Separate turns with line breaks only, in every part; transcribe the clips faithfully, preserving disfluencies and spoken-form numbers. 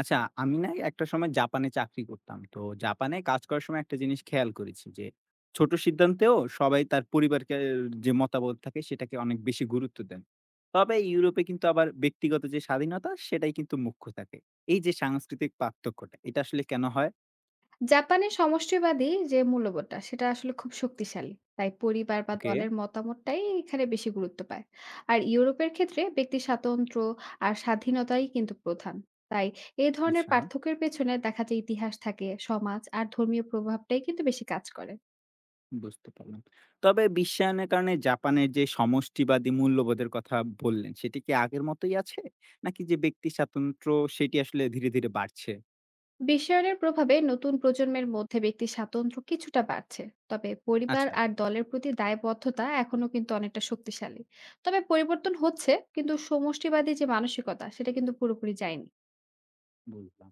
আচ্ছা, আমি না একটা সময় জাপানে চাকরি করতাম। তো জাপানে কাজ করার সময় একটা জিনিস খেয়াল করেছি যে, ছোট সিদ্ধান্তেও সবাই তার পরিবারকে যে মতামত থাকে সেটাকে অনেক বেশি গুরুত্ব দেন। তবে ইউরোপে কিন্তু আবার ব্যক্তিগত যে স্বাধীনতা সেটাই কিন্তু মুখ্য থাকে। এই যে সাংস্কৃতিক পার্থক্যটা এটা আসলে কেন হয়?
জাপানের সমষ্টিবাদী যে মূল্যবোধটা সেটা আসলে খুব শক্তিশালী। তাই পরিবার বা
ওকে।
দলের মতামতটাই এখানে বেশি গুরুত্ব পায়। আর ইউরোপের ক্ষেত্রে ব্যক্তি স্বাতন্ত্র আর স্বাধীনতাই কিন্তু প্রধান। তাই এই ধরনের
আচ্ছা,
পার্থক্যের পেছনে দেখা যায় ইতিহাস থাকে, সমাজ আর ধর্মীয় প্রভাবটাই কিন্তু বেশি কাজ করে।
বুঝতে পারলাম। তবে বিশ্বায়নের কারণে জাপানের যে সমষ্টিবাদী মূল্যবোধের কথা বললেন সেটি কি আগের মতোই আছে? নাকি যে ব্যক্তি স্বাতন্ত্র্য সেটি আসলে ধীরে ধীরে বাড়ছে?
বিশ্বায়নের প্রভাবে নতুন প্রজন্মের মধ্যে ব্যক্তি স্বাতন্ত্র্য কিছুটা বাড়ছে, তবে পরিবার
আচ্ছা।
আর দলের প্রতি দায়বদ্ধতা এখনো কিন্তু অনেকটা শক্তিশালী। তবে পরিবর্তন হচ্ছে, কিন্তু সমষ্টিবাদী যে মানসিকতা সেটা কিন্তু পুরোপুরি যায়নি।
বুঝলাম।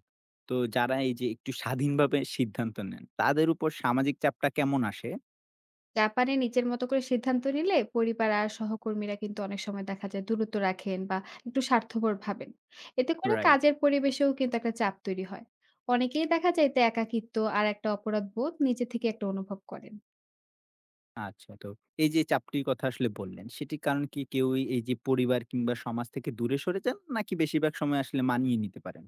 তো যারা এই যে একটু স্বাধীনভাবে সিদ্ধান্ত নেন, তাদের উপর সামাজিক চাপটা কেমন আসে?
জাপানে নিজের মতো করে সিদ্ধান্ত নিলে পরিবার আর সহকর্মীরা কিন্তু অনেক সময় দেখা যায় দূরত্ব রাখেন বা একটু স্বার্থপর ভাবেন। এতে করে
রাইট।
কাজের পরিবেশেও কিন্তু একটা চাপ তৈরি হয়। অনেকেই দেখা যায় এতে একাকিত্ব আর একটা অপরাধ বোধ নিজে থেকে একটা অনুভব করেন।
আচ্ছা, তো এই যে চাপটির কথা আসলে বললেন, সেটির কারণ কি কেউই এই যে পরিবার কিংবা সমাজ থেকে দূরে সরে যান? নাকি বেশিরভাগ সময় আসলে মানিয়ে নিতে পারেন?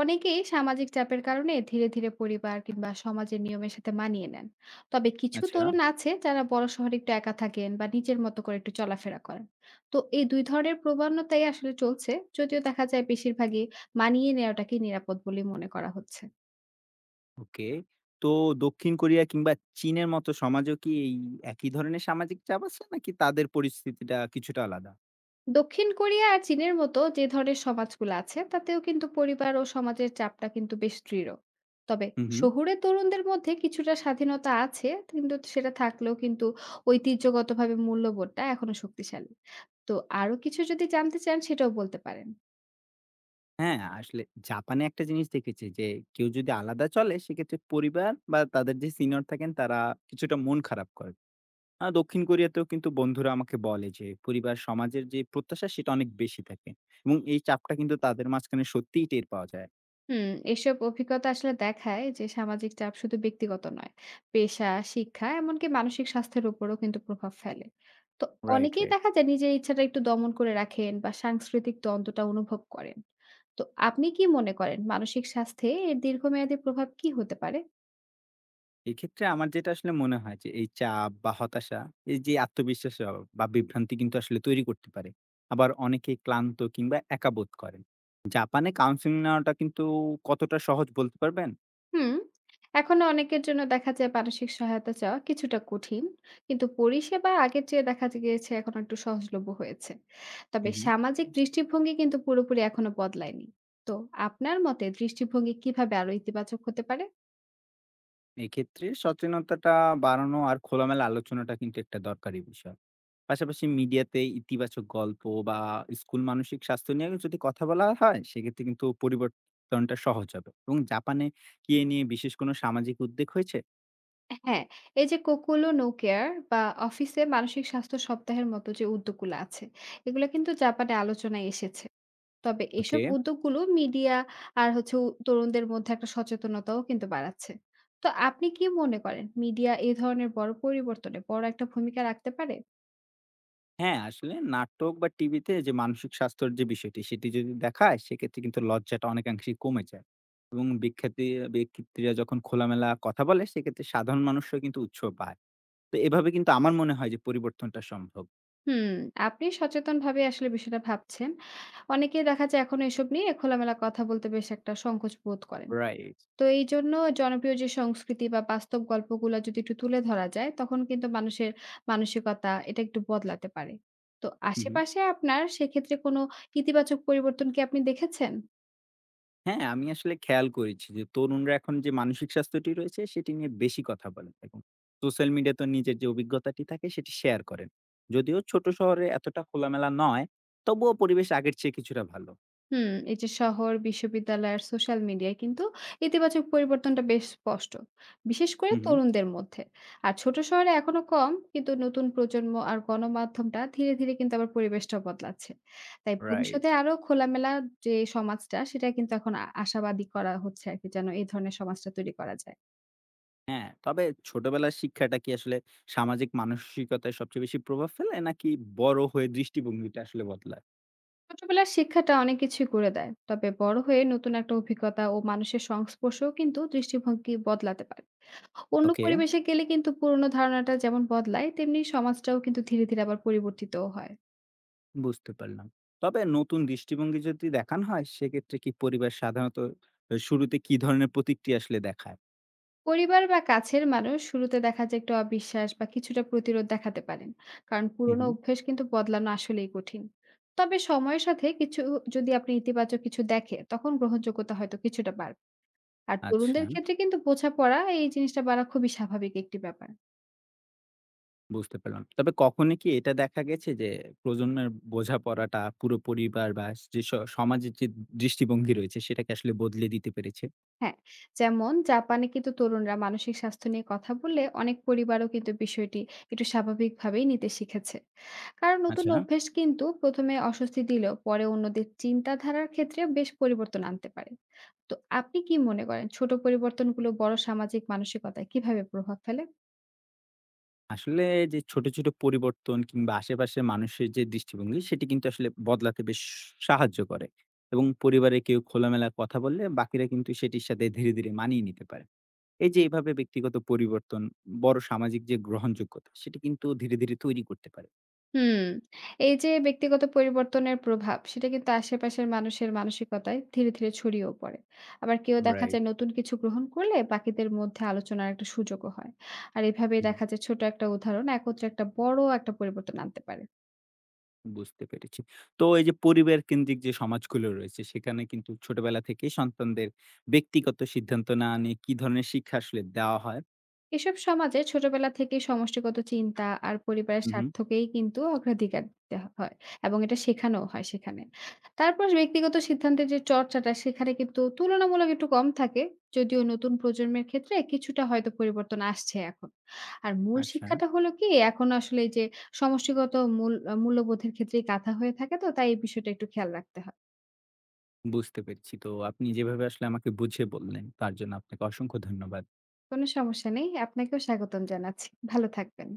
অনেকেই সামাজিক চাপের কারণে ধীরে ধীরে পরিবার কিংবা সমাজের নিয়মের সাথে মানিয়ে নেন। তবে কিছু
আচ্ছা।
তরুণ আছে যারা বড় শহরে একটু একা থাকেন বা নিজের মতো করে একটু চলাফেরা করেন। তো এই দুই ধরনের প্রবণতাই আসলে চলছে, যদিও দেখা যায় বেশিরভাগই মানিয়ে নেওয়াটাকে নিরাপদ বলে মনে করা হচ্ছে।
ওকে। তো দক্ষিণ কোরিয়া কিংবা চীনের মতো সমাজেও কি এই একই ধরনের সামাজিক চাপ আছে? নাকি তাদের পরিস্থিতিটা কিছুটা আলাদা?
দক্ষিণ কোরিয়া আর চীনের মতো যে ধরনের সমাজগুলো আছে তাতেও কিন্তু পরিবার ও সমাজের চাপটা কিন্তু বেশ দৃঢ়। তবে
হু, হু।
শহুরে তরুণদের মধ্যে কিছুটা স্বাধীনতা আছে, কিন্তু সেটা থাকলেও কিন্তু ঐতিহ্যগতভাবে মূল্যবোধটা এখনো শক্তিশালী। তো আরো কিছু যদি জানতে চান সেটাও বলতে পারেন।
হ্যাঁ, আসলে জাপানে একটা জিনিস দেখেছি যে কেউ যদি আলাদা চলে সেক্ষেত্রে পরিবার বা তাদের যে সিনিয়র থাকেন তারা কিছুটা মন খারাপ করে। আ দক্ষিণ কোরিয়াতেও কিন্তু বন্ধুরা আমাকে বলে যে পরিবার সমাজের যে প্রত্যাশা সেটা অনেক বেশি থাকে এবং এই চাপটা কিন্তু তাদের মাঝখানে সত্যিই টের পাওয়া যায়।
হুম, এসব অভিজ্ঞতা আসলে দেখায় যে সামাজিক চাপ শুধু ব্যক্তিগত নয়, পেশা, শিক্ষা এমনকি মানসিক স্বাস্থ্যের উপরও কিন্তু প্রভাব ফেলে। তো
রাইট,
অনেকেই
রাইট।
দেখা যায় নিজের ইচ্ছাটা একটু দমন করে রাখেন বা সাংস্কৃতিক দ্বন্দ্বটা অনুভব করেন। তো আপনি কি মনে করেন মানসিক স্বাস্থ্যে এর দীর্ঘমেয়াদী প্রভাব কি হতে পারে?
এক্ষেত্রে আমার যেটা আসলে মনে হয় যে এই চাপ বা হতাশা এই যে আত্মবিশ্বাস অ বা বিভ্রান্তি কিন্তু আসলে তৈরি করতে পারে। আবার অনেকেই ক্লান্ত কিংবা একা বোধ করেন। জাপানে কাউন্সেলিং নেওয়াটা কিন্তু কতটা সহজ বলতে পারবেন?
হুম। এখনো অনেকের জন্য দেখা যায় মানসিক সহায়তা চাওয়া কিছুটা কঠিন। কিন্তু পরিষেবা আগের চেয়ে দেখা যে গিয়েছে এখন একটু সহজলভ্য হয়েছে। তবে
হুম, হুম।
সামাজিক দৃষ্টিভঙ্গি কিন্তু পুরোপুরি এখনো বদলায়নি। তো আপনার মতে দৃষ্টিভঙ্গি কিভাবে আরো ইতিবাচক হতে পারে?
এক্ষেত্রে সচেতনতাটা বাড়ানো আর খোলামেলা আলোচনাটা কিন্তু একটা দরকারি বিষয়। পাশাপাশি মিডিয়াতে ইতিবাচক গল্প বা স্কুল মানসিক স্বাস্থ্য নিয়ে যদি কথা বলা হয়, সেক্ষেত্রে কিন্তু পরিবর্তনটা সহজ হবে। এবং জাপানে কি এ নিয়ে বিশেষ কোনো সামাজিক উদ্যোগ হয়েছে?
হ্যাঁ, এই যে কোকুলো নো কেয়ার বা অফিসে মানসিক স্বাস্থ্য সপ্তাহের মতো যে উদ্যোগগুলো আছে, এগুলো কিন্তু জাপানে আলোচনায় এসেছে। তবে এসব
ওকে।
উদ্যোগগুলো মিডিয়া আর হচ্ছে উ তরুণদের মধ্যে একটা সচেতনতাও কিন্তু বাড়াচ্ছে। তো আপনি কি মনে করেন মিডিয়া এ ধরনের বড় পরিবর্তনে বড় একটা ভূমিকা রাখতে পারে?
হ্যাঁ, আসলে নাটক বা টিভিতে যে মানসিক স্বাস্থ্যের যে বিষয়টি, সেটি যদি দেখায় সেক্ষেত্রে কিন্তু লজ্জাটা অনেকাংশেই কমে যায়। এবং বিখ্যাতি ব্যক্তিত্বরা যখন খোলামেলা কথা বলে সেক্ষেত্রে সাধারণ মানুষও কিন্তু উৎস পায়। তো এভাবে কিন্তু আমার মনে হয় যে পরিবর্তনটা সম্ভব।
হুম, আপনি সচেতনভাবে আসলে বিষয়টা ভাবছেন। অনেকেই দেখা যায় এখনো এসব নিয়ে খোলামেলা কথা বলতে বেশ একটা সংকোচ বোধ করেন।
রাইট।
তো এইজন্য জনপ্রিয় যে সংস্কৃতি বা বাস্তব গল্পগুলা যদি একটু তুলে ধরা যায়, তখন কিন্তু মানুষের মানসিকতা এটা একটু বদলাতে পারে। তো
হু, হু।
আশেপাশে আপনার সেক্ষেত্রে কোনো ইতিবাচক পরিবর্তন কি আপনি দেখেছেন?
হ্যাঁ, আমি আসলে খেয়াল করেছি যে তরুণরা এখন যে মানসিক স্বাস্থ্যটি রয়েছে সেটি নিয়ে বেশি কথা বলেন এবং সোশ্যাল মিডিয়াতে নিজের যে অভিজ্ঞতাটি থাকে সেটি শেয়ার করেন। যদিও ছোট শহরে এতটা খোলামেলা নয়, তবুও পরিবেশ আগের চেয়ে কিছুটা ভালো।
হুম, এই যে শহর, বিশ্ববিদ্যালয় আর সোশ্যাল মিডিয়ায় কিন্তু ইতিবাচক পরিবর্তনটা বেশ স্পষ্ট। বিশেষ করে
হু, হু।
তরুণদের মধ্যে। আর ছোট শহরে এখনো কম, কিন্তু নতুন প্রজন্ম আর গণমাধ্যমটা ধীরে, ধীরে কিন্তু আবার পরিবেশটাও বদলাচ্ছে। তাই
রাইট।
ভবিষ্যতে আরো খোলামেলা যে সমাজটা সেটা কিন্তু এখন আ আশাবাদী করা হচ্ছে আরকি যেন এই ধরনের সমাজটা তৈরি করা যায়।
হ্যাঁ, তবে ছোটবেলার শিক্ষাটা কি আসলে সামাজিক মানসিকতায় সবচেয়ে বেশি প্রভাব ফেলে নাকি বড় হয়ে দৃষ্টিভঙ্গিটা আসলে বদলায়?
ছোটবেলার শিক্ষাটা অনেক কিছুই করে দেয়। তবে বড় হয়ে নতুন একটা অভিজ্ঞতা ও মানুষের সংস্পর্শও কিন্তু দৃষ্টিভঙ্গি বদলাতে পারে। অন্য
ওকে।
পরিবেশে গেলে কিন্তু পুরোনো ধারণাটা যেমন বদলায়, তেমনি সমাজটাও কিন্তু ধীরে, ধীরে আবার পরিবর্তিতও হয়।
বুঝতে পারলাম। তবে নতুন দৃষ্টিভঙ্গি যদি দেখানো হয়, সেক্ষেত্রে কি পরিবার সাধারণত আ শুরুতে কি ধরনের প্রতিক্রিয়া আসলে দেখায়?
পরিবার বা কাছের মানুষ শুরুতে দেখা যায় একটু অবিশ্বাস বা কিছুটা প্রতিরোধ দেখাতে পারেন। কারণ
হু,
পুরোনো
হু।
অভ্যেস কিন্তু বদলানো আসলেই কঠিন। তবে সময়ের সাথে কিছু যদি আপনি ইতিবাচক কিছু দেখে, তখন গ্রহণযোগ্যতা হয়তো কিছুটা বাড়বে। আর
আচ্ছা,
তরুণদের ক্ষেত্রে কিন্তু বোঝাপড়া এই জিনিসটা বাড়া খুবই স্বাভাবিক একটি ব্যাপার।
বুঝতে পারলাম। তবে কখনো কি এটা দেখা গেছে যে, প্রজন্মের বোঝাপড়াটা পুরো পরিবার বা যে স সমাজের যে দৃষ্টিভঙ্গি রয়েছে, সেটাকে আসলে বদলে দিতে পেরেছে?
হ্যাঁ, যেমন জাপানে কিন্তু তরুণরা মানসিক স্বাস্থ্য নিয়ে কথা বললে অনেক পরিবারও কিন্তু বিষয়টি একটু স্বাভাবিকভাবেই নিতে শিখেছে। কারণ নতুন
আচ্ছা,
অভ্যেস কিন্তু প্রথমে অস্বস্তি দিলেও পরে অন্যদের চিন্তাধারার ক্ষেত্রে বেশ পরিবর্তন আনতে পারে। তো আপনি কি মনে করেন ছোট পরিবর্তনগুলো বড় সামাজিক মানসিকতায় কিভাবে প্রভাব ফেলে?
আসলে যে ছোট ছোট পরিবর্তন কিংবা আশেপাশের মানুষের যে দৃষ্টিভঙ্গি, সেটি কিন্তু আসলে বদলাতে বেশ সাহায্য করে এবং পরিবারে কেউ খোলামেলা কথা বললে, বাকিরা কিন্তু সেটির সাথে ধীরে ধীরে মানিয়ে নিতে পারে। এই যে এভাবে ব্যক্তিগত পরিবর্তন বড় সামাজিক যে গ্রহণযোগ্যতা সেটা কিন্তু ধীরে ধীরে তৈরি করতে পারে।
হুম, এই যে ব্যক্তিগত পরিবর্তনের প্রভাব সেটা কিন্তু আশেপাশের মানুষের মানসিকতায় ধীরে, ধীরে ছড়িয়েও পড়ে। আবার কেউ দেখা
রাইট।
যায় নতুন কিছু গ্রহণ করলে বাকিদের মধ্যে আলোচনার একটা সুযোগও হয়। আর এভাবেই
হুম।
দেখা যায় ছোট একটা উদাহরণ একত্রে একটা বড় একটা পরিবর্তন আনতে পারে।
বুঝতে পেরেছি। তো এই যে পরিবার কেন্দ্রিক যে সমাজগুলো রয়েছে সেখানে কিন্তু ছোটবেলা থেকেই সন্তানদের ব্যক্তিগত সিদ্ধান্ত না নিয়ে কি ধরনের শিক্ষা আসলে দেওয়া হয়?
এসব সমাজে ছোটবেলা থেকে সমষ্টিগত চিন্তা আর পরিবারের
হু, হু।
স্বার্থকেই কিন্তু অগ্রাধিকার দিতে হয়, এবং এটা শেখানো হয় সেখানে। তারপর ব্যক্তিগত সিদ্ধান্তের যে চর্চাটা সেখানে কিন্তু তুলনামূলক একটু কম থাকে, যদিও নতুন প্রজন্মের ক্ষেত্রে কিছুটা হয়তো পরিবর্তন আসছে এখন। আর মূল
আচ্ছা।
শিক্ষাটা হলো কি এখন আসলে এই যে সমষ্টিগত মূল মূল্যবোধের ক্ষেত্রেই কাঁথা হয়ে থাকে, তো তাই এই বিষয়টা একটু খেয়াল রাখতে হয়।
বুঝতে পেরেছি। তো আপনি যেভাবে আসলে আমাকে বুঝিয়ে বললেন তার জন্য আপনাকে অসংখ্য ধন্যবাদ।
কোনো সমস্যা নেই, আপনাকেও স্বাগতম জানাচ্ছি। ভালো থাকবেন।